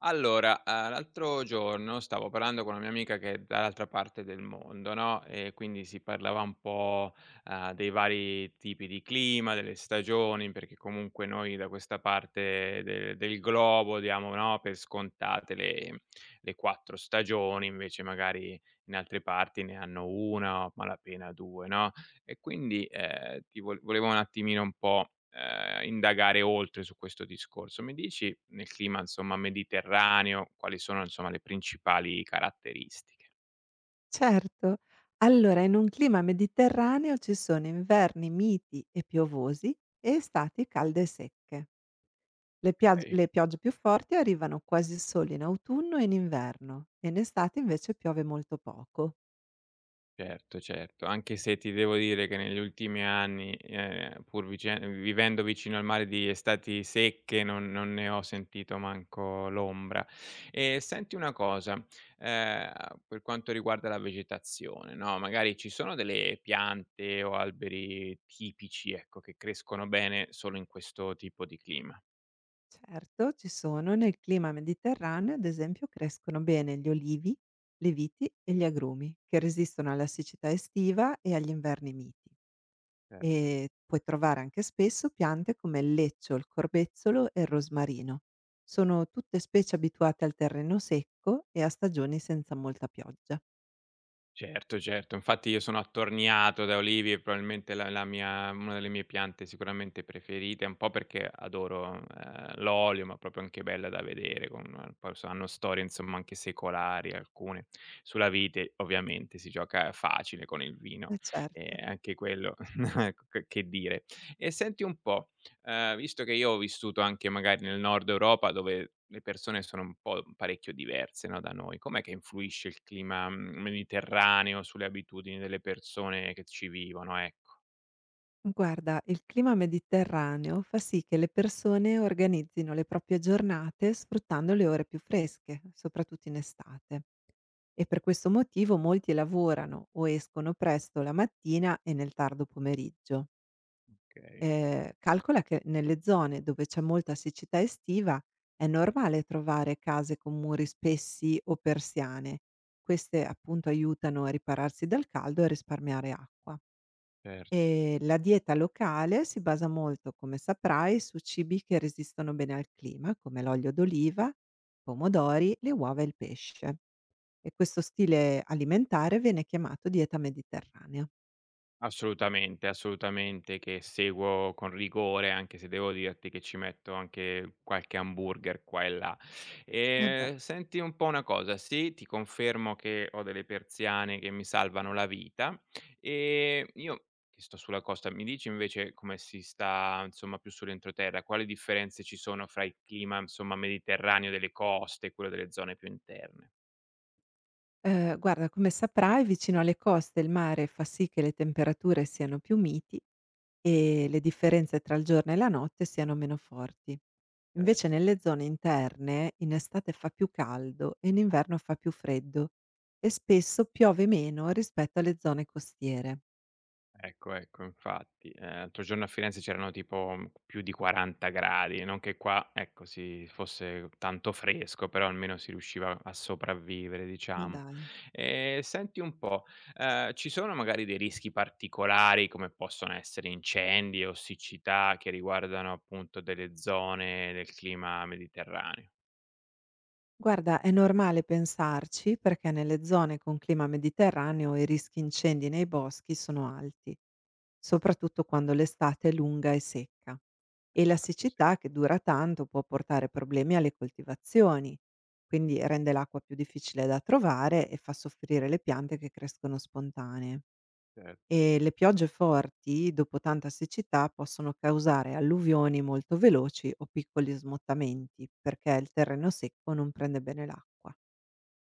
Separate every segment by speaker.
Speaker 1: Allora, l'altro giorno stavo parlando con una mia amica che è dall'altra parte del mondo, no, e quindi si parlava un po', dei vari tipi di clima, delle stagioni, perché comunque noi da questa parte de del globo diamo, no, per scontate le 4 stagioni, invece magari in altre parti ne hanno 1 o a malapena 2, no? E quindi, ti volevo un attimino un po', indagare oltre su questo discorso. Mi dici, nel clima insomma mediterraneo, quali sono insomma le principali caratteristiche?
Speaker 2: Certo. Allora, in un clima mediterraneo ci sono inverni miti e piovosi e estati calde e secche. Le, piag-
Speaker 1: Okay.
Speaker 2: le piogge più forti arrivano quasi solo in autunno e in inverno, e in estate invece piove molto poco.
Speaker 1: Certo, certo. Anche se ti devo dire che negli ultimi anni, pur vice vivendo vicino al mare di estati secche, non ne ho sentito manco l'ombra. E senti una cosa, ehm, per quanto riguarda la vegetazione, no, magari ci sono delle piante o alberi tipici, ecco, che crescono bene solo in questo tipo di clima?
Speaker 2: Certo, ci sono nel clima mediterraneo, ad esempio, crescono bene gli olivi, le viti e gli agrumi, che resistono alla siccità estiva e agli inverni miti.
Speaker 1: Certo.
Speaker 2: Puoi trovare anche spesso piante come il leccio, il corbezzolo e il rosmarino. Sono tutte specie abituate al terreno secco e a stagioni senza molta pioggia.
Speaker 1: Certo, certo. Infatti io sono attorniato da olivi, probabilmente la mia una delle mie piante sicuramente preferite, un po' perché adoro, l'olio, ma proprio anche bella da vedere con poi so hanno storie insomma anche secolari alcune. Sulla vite ovviamente si gioca facile con il vino,
Speaker 2: Eh certo.
Speaker 1: anche quello ecco che dire. E senti un po'. Visto che io ho vissuto anche magari nel nord Europa dove le persone sono un po' parecchio diverse, no, da noi, com'è che influisce il clima, mhmm, mediterraneo sulle abitudini delle persone che ci vivono? Ecco.
Speaker 2: Guarda, il clima mediterraneo fa sì che le persone organizzino le proprie giornate sfruttando le ore più fresche, soprattutto in estate. E per questo motivo molti lavorano o escono presto la mattina e nel tardo pomeriggio.
Speaker 1: Okay,
Speaker 2: Calcola che nelle zone dove c'è molta siccità estiva è normale trovare case con muri spessi o persiane. Queste appunto aiutano a ripararsi dal caldo e a risparmiare acqua.
Speaker 1: cer.
Speaker 2: E la dieta locale si basa molto, come saprai, su cibi che resistono bene al clima, come l'olio d'oliva, i pomodori, le uova e il pesce. E questo stile alimentare viene chiamato dieta mediterranea.
Speaker 1: Assolutamente, assolutamente che seguo con rigore, anche se devo dirti che ci metto anche qualche hamburger qua e là.
Speaker 2: Eh beh.
Speaker 1: Senti un po' una cosa, sì, ti confermo che ho delle persiane che mi salvano la vita, io che sto sulla costa, mi dici invece come si sta, insomma, più sull'entroterra? Quali differenze ci sono fra il clima, insomma, mediterraneo delle coste e quello delle zone più interne?
Speaker 2: Guarda, come saprai, vicino alle coste il mare fa sì che le temperature siano più miti e le differenze tra il giorno e la notte siano meno forti.
Speaker 1: Eh.
Speaker 2: Invece, nelle zone interne in estate fa più caldo e in inverno fa più freddo, e spesso piove meno rispetto alle zone costiere.
Speaker 1: Ecco, ecco, infatti. L'altro giorno a Firenze c'erano tipo, mhmm, più di 40 gradi, non che qua, ecco, si fosse tanto fresco, però almeno si riusciva a sopravvivere,
Speaker 2: Ma
Speaker 1: diciamo.
Speaker 2: dai.
Speaker 1: Senti un po', ci sono magari dei rischi particolari, come possono essere incendi o siccità, che riguardano appunto delle zone del clima mediterraneo?
Speaker 2: Guarda, è normale pensarci, perché nelle zone con clima mediterraneo i rischi incendi nei boschi sono alti, soprattutto quando l'estate è lunga e secca. E la
Speaker 1: Esatto, sì,
Speaker 2: siccità che dura tanto può portare problemi alle coltivazioni, quindi rende l'acqua più difficile da trovare e fa soffrire le piante che crescono spontanee.
Speaker 1: cer.
Speaker 2: Le piogge forti, dopo tanta siccità, possono causare alluvioni molto veloci o piccoli smottamenti, perché il terreno secco non prende bene l'acqua.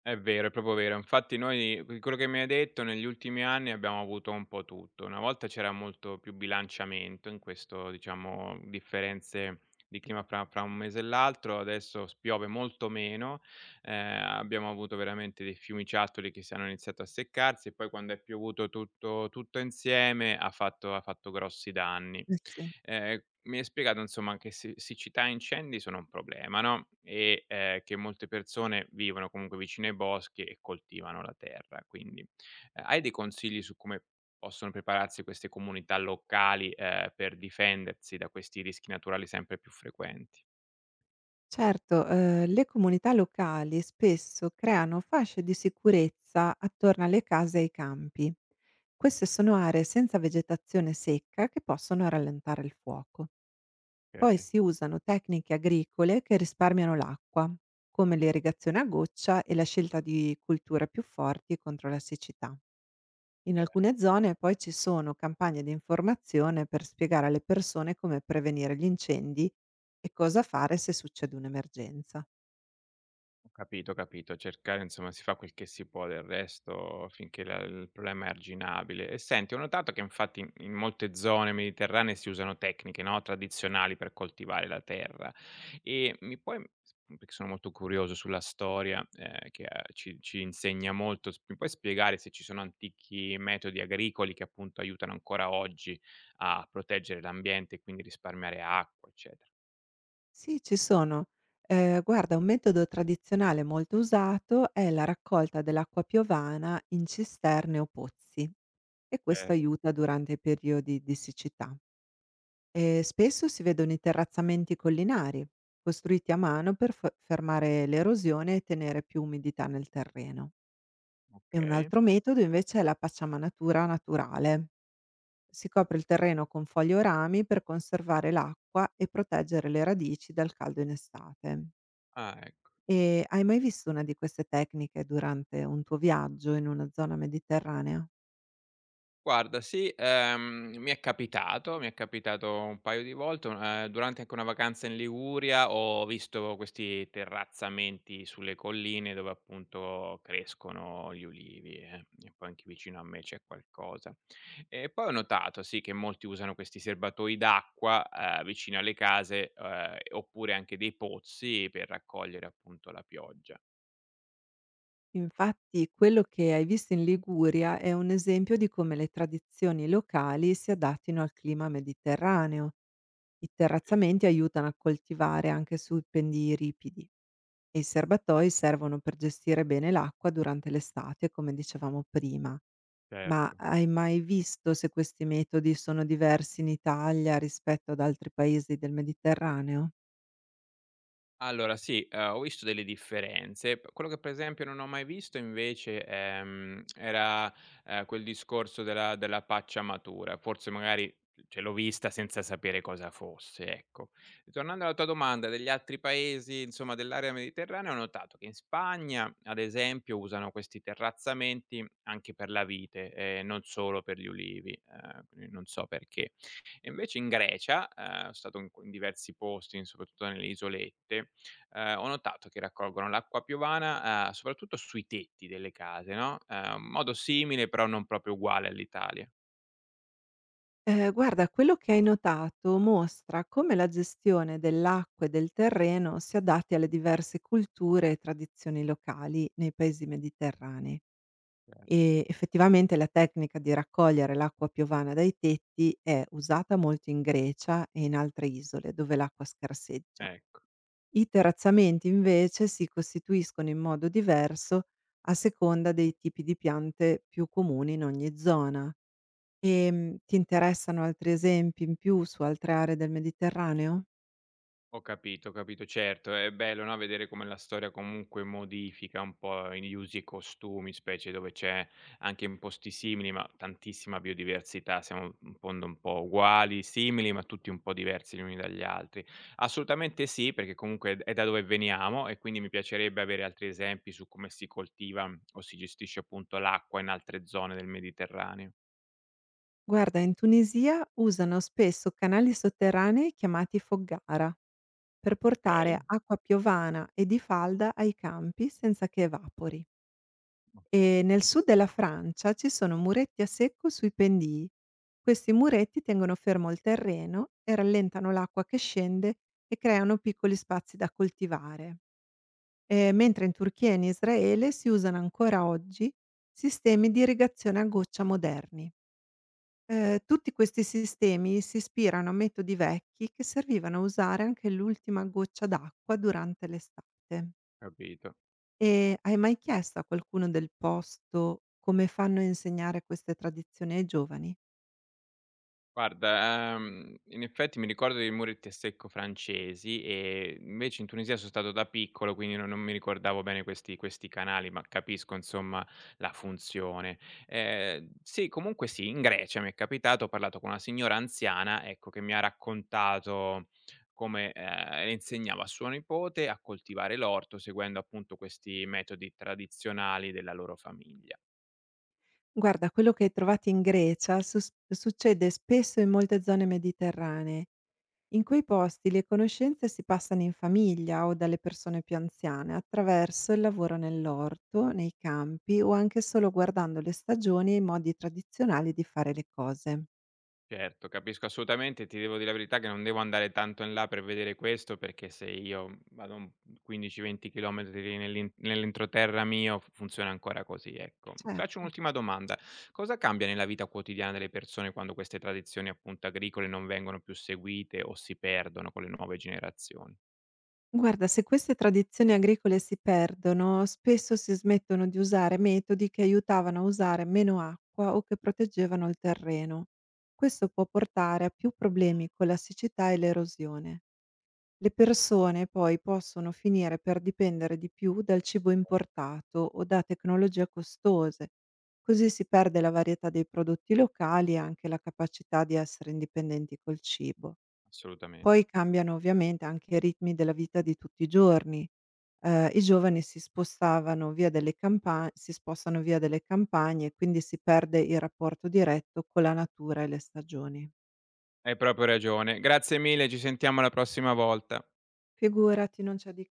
Speaker 1: È vero, è proprio vero. Infatti noi quello che mi hai detto, negli ultimi anni abbiamo avuto un po' tutto. Una volta c'era molto più bilanciamento in questo diciamo, differenze di clima fra un mese e l'altro, adesso s piove molto meno, abbiamo avuto veramente dei fiumiciattoli che si hanno iniziato a seccarsi e poi quando è piovuto tutto tutto insieme ha fatto grossi danni.
Speaker 2: Eh sì.
Speaker 1: Mi hai spiegato insomma che siccità e incendi sono un problema, no, e, che molte persone vivono comunque vicino ai boschi e coltivano la terra, quindi, hai dei consigli su come possono prepararsi queste comunità locali, per difendersi da questi rischi naturali sempre più frequenti?
Speaker 2: Certo, le comunità locali spesso creano fasce di sicurezza attorno alle case e ai campi. Queste sono aree senza vegetazione secca che possono rallentare il fuoco. Poi
Speaker 1: Okay.
Speaker 2: si usano tecniche agricole che risparmiano l'acqua, come l'irrigazione a goccia e la scelta di colture più forti contro la siccità. In alcune zone poi ci sono campagne di informazione per spiegare alle persone come prevenire gli incendi e cosa fare se succede un'emergenza.
Speaker 1: Ho capito, ho capito. Cercare insomma si fa quel che si può del resto finché la il problema è arginabile. E senti, ho notato che infatti in molte zone mediterranee si usano tecniche, no, tradizionali per coltivare la terra. E mi puoi, perché sono molto curioso sulla storia, che, ci insegna molto, s mi puoi spiegare se ci sono antichi metodi agricoli che appunto aiutano ancora oggi a proteggere l'ambiente e quindi risparmiare acqua, eccetera?
Speaker 2: Sì, ci sono. Guarda, un metodo tradizionale molto usato è la raccolta dell'acqua piovana in cisterne o pozzi, e questo
Speaker 1: Certo,
Speaker 2: aiuta durante i periodi di siccità. Spesso si vedono i terrazzamenti collinari, costruiti a mano per f fermare l'erosione e tenere più umidità nel terreno. E un
Speaker 1: okay.
Speaker 2: altro metodo invece è la pacciamanatura naturale. Si copre il terreno con foglie o rami per conservare l'acqua e proteggere le radici dal caldo in estate.
Speaker 1: Ah, e
Speaker 2: E hai mai visto una di queste tecniche durante un tuo viaggio in una zona mediterranea?
Speaker 1: guarda sì, mi è capitato un paio di volte, un durante anche una vacanza in Liguria ho visto questi terrazzamenti sulle colline dove appunto crescono gli ulivi, e poi anche vicino a me c'è qualcosa. E poi ho notato sì che molti usano questi serbatoi d'acqua, vicino alle case, oppure anche dei pozzi per raccogliere appunto la pioggia.
Speaker 2: Infatti quello che hai visto in Liguria è un esempio di come le tradizioni locali si adattino al clima mediterraneo. I
Speaker 1: Sì,
Speaker 2: terrazzamenti aiutano a coltivare anche su pendii ripidi, e i serbatoi servono per gestire bene l'acqua durante l'estate, come dicevamo prima. Ma
Speaker 1: certo.
Speaker 2: hai mai visto se questi metodi sono diversi in Italia rispetto ad altri paesi del Mediterraneo?
Speaker 1: Allora sì, ho visto delle differenze. P quello che per esempio non ho mai visto invece, era, quel discorso della paccia matura. Forse magari, cioè l'ho vista senza sapere cosa fosse, ecco. Tornando alla tua domanda degli altri paesi, insomma, dell'area mediterranea, ho notato che in Spagna, ad esempio, usano questi terrazzamenti anche per la vite e non solo per gli ulivi, quindi non so perché. E invece in Grecia, so stato in q in diversi posti, in soprattutto nelle isolette ho notato che raccolgono l'acqua piovana, soprattutto sui tetti delle case, no, modo simile però non proprio uguale all'Italia.
Speaker 2: Guarda, quello che hai notato mostra come la gestione dell'acqua e del terreno si adatti alle diverse culture e tradizioni locali nei paesi mediterranei.
Speaker 1: Cer.
Speaker 2: E effettivamente la tecnica di raccogliere l'acqua piovana dai tetti è usata molto in Grecia e in altre isole dove l'acqua scarseggia.
Speaker 1: Ecco.
Speaker 2: I terrazzamenti invece si costituiscono in modo diverso a seconda dei tipi di piante più comuni in ogni zona. Ti interessano altri esempi in più su altre aree del Mediterraneo?
Speaker 1: Ho capito, ho capito. Certo, è bello, no, vedere come la storia comunque modifica un po' gli usi e costumi, specie dove c'è anche in posti simili, ma tantissima biodiversità, siamo un mondo un po' uguali, simili, ma tutti un po' diversi gli uni dagli altri. Assolutamente sì, perché comunque è da dove veniamo e quindi mi piacerebbe avere altri esempi su come si coltiva o si gestisce appunto l'acqua in altre zone del Mediterraneo.
Speaker 2: Guarda, in Tunisia usano spesso canali sotterranei chiamati foggara per portare
Speaker 1: Ok,
Speaker 2: acqua piovana e di falda ai campi senza che evapori. E nel sud della Francia ci sono muretti a secco sui pendii. Questi muretti tengono fermo il terreno e rallentano l'acqua che scende, e creano piccoli spazi da coltivare. Mentre in Turchia e in Israele si usano ancora oggi sistemi di irrigazione a goccia moderni. Tutti questi sistemi si ispirano a metodi vecchi che servivano a usare anche l'ultima goccia d'acqua durante l'estate.
Speaker 1: ho capito.
Speaker 2: E hai mai chiesto a qualcuno del posto come fanno a insegnare queste tradizioni ai giovani?
Speaker 1: Guarda, in effetti mi ricordo dei muretti a secco francesi e invece in Tunisia sono stato da piccolo, quindi non mi ricordavo bene questi canali, ma capisco insomma la funzione. Sì, comunque sì, in Grecia mi è capitato, ho parlato con una signora anziana, ecco, che mi ha raccontato come, insegnava a suo nipote a coltivare l'orto seguendo appunto questi metodi tradizionali della loro famiglia.
Speaker 2: Guarda, quello che hai trovato in Grecia sus succede spesso in molte zone mediterranee. In quei posti le conoscenze si passano in famiglia o dalle persone più anziane, attraverso il lavoro nell'orto, nei campi, o anche solo guardando le stagioni e i modi tradizionali di fare le cose.
Speaker 1: Certo, capisco assolutamente, ti devo dire la verità che non devo andare tanto in là per vedere questo, perché se io vado un 15, 20 chilometri nell'entroterra mio f funziona ancora così, ecco. Ti faccio
Speaker 2: Certo.
Speaker 1: un'ultima domanda: cosa cambia nella vita quotidiana delle persone quando queste tradizioni, appunto, agricole non vengono più seguite o si perdono con le nuove generazioni?
Speaker 2: Guarda, se queste tradizioni agricole si perdono, spesso si smettono di usare metodi che aiutavano a usare meno acqua o che proteggevano il terreno. Questo può portare a più problemi con la siccità e l'erosione. Le persone poi possono finire per dipendere di più dal cibo importato o da tecnologie costose, così si perde la varietà dei prodotti locali e anche la capacità di essere indipendenti col cibo.
Speaker 1: Assolutamen,
Speaker 2: Poi cambiano ovviamente anche i ritmi della vita di tutti i giorni. I giovani si spostavano via delle campa si spostano via delle campagne, quindi si perde il rapporto diretto con la natura e le stagioni.
Speaker 1: hai proprio ragione. Grazie mille, ci sentiamo la prossima volta.
Speaker 2: Figurati, non c'è di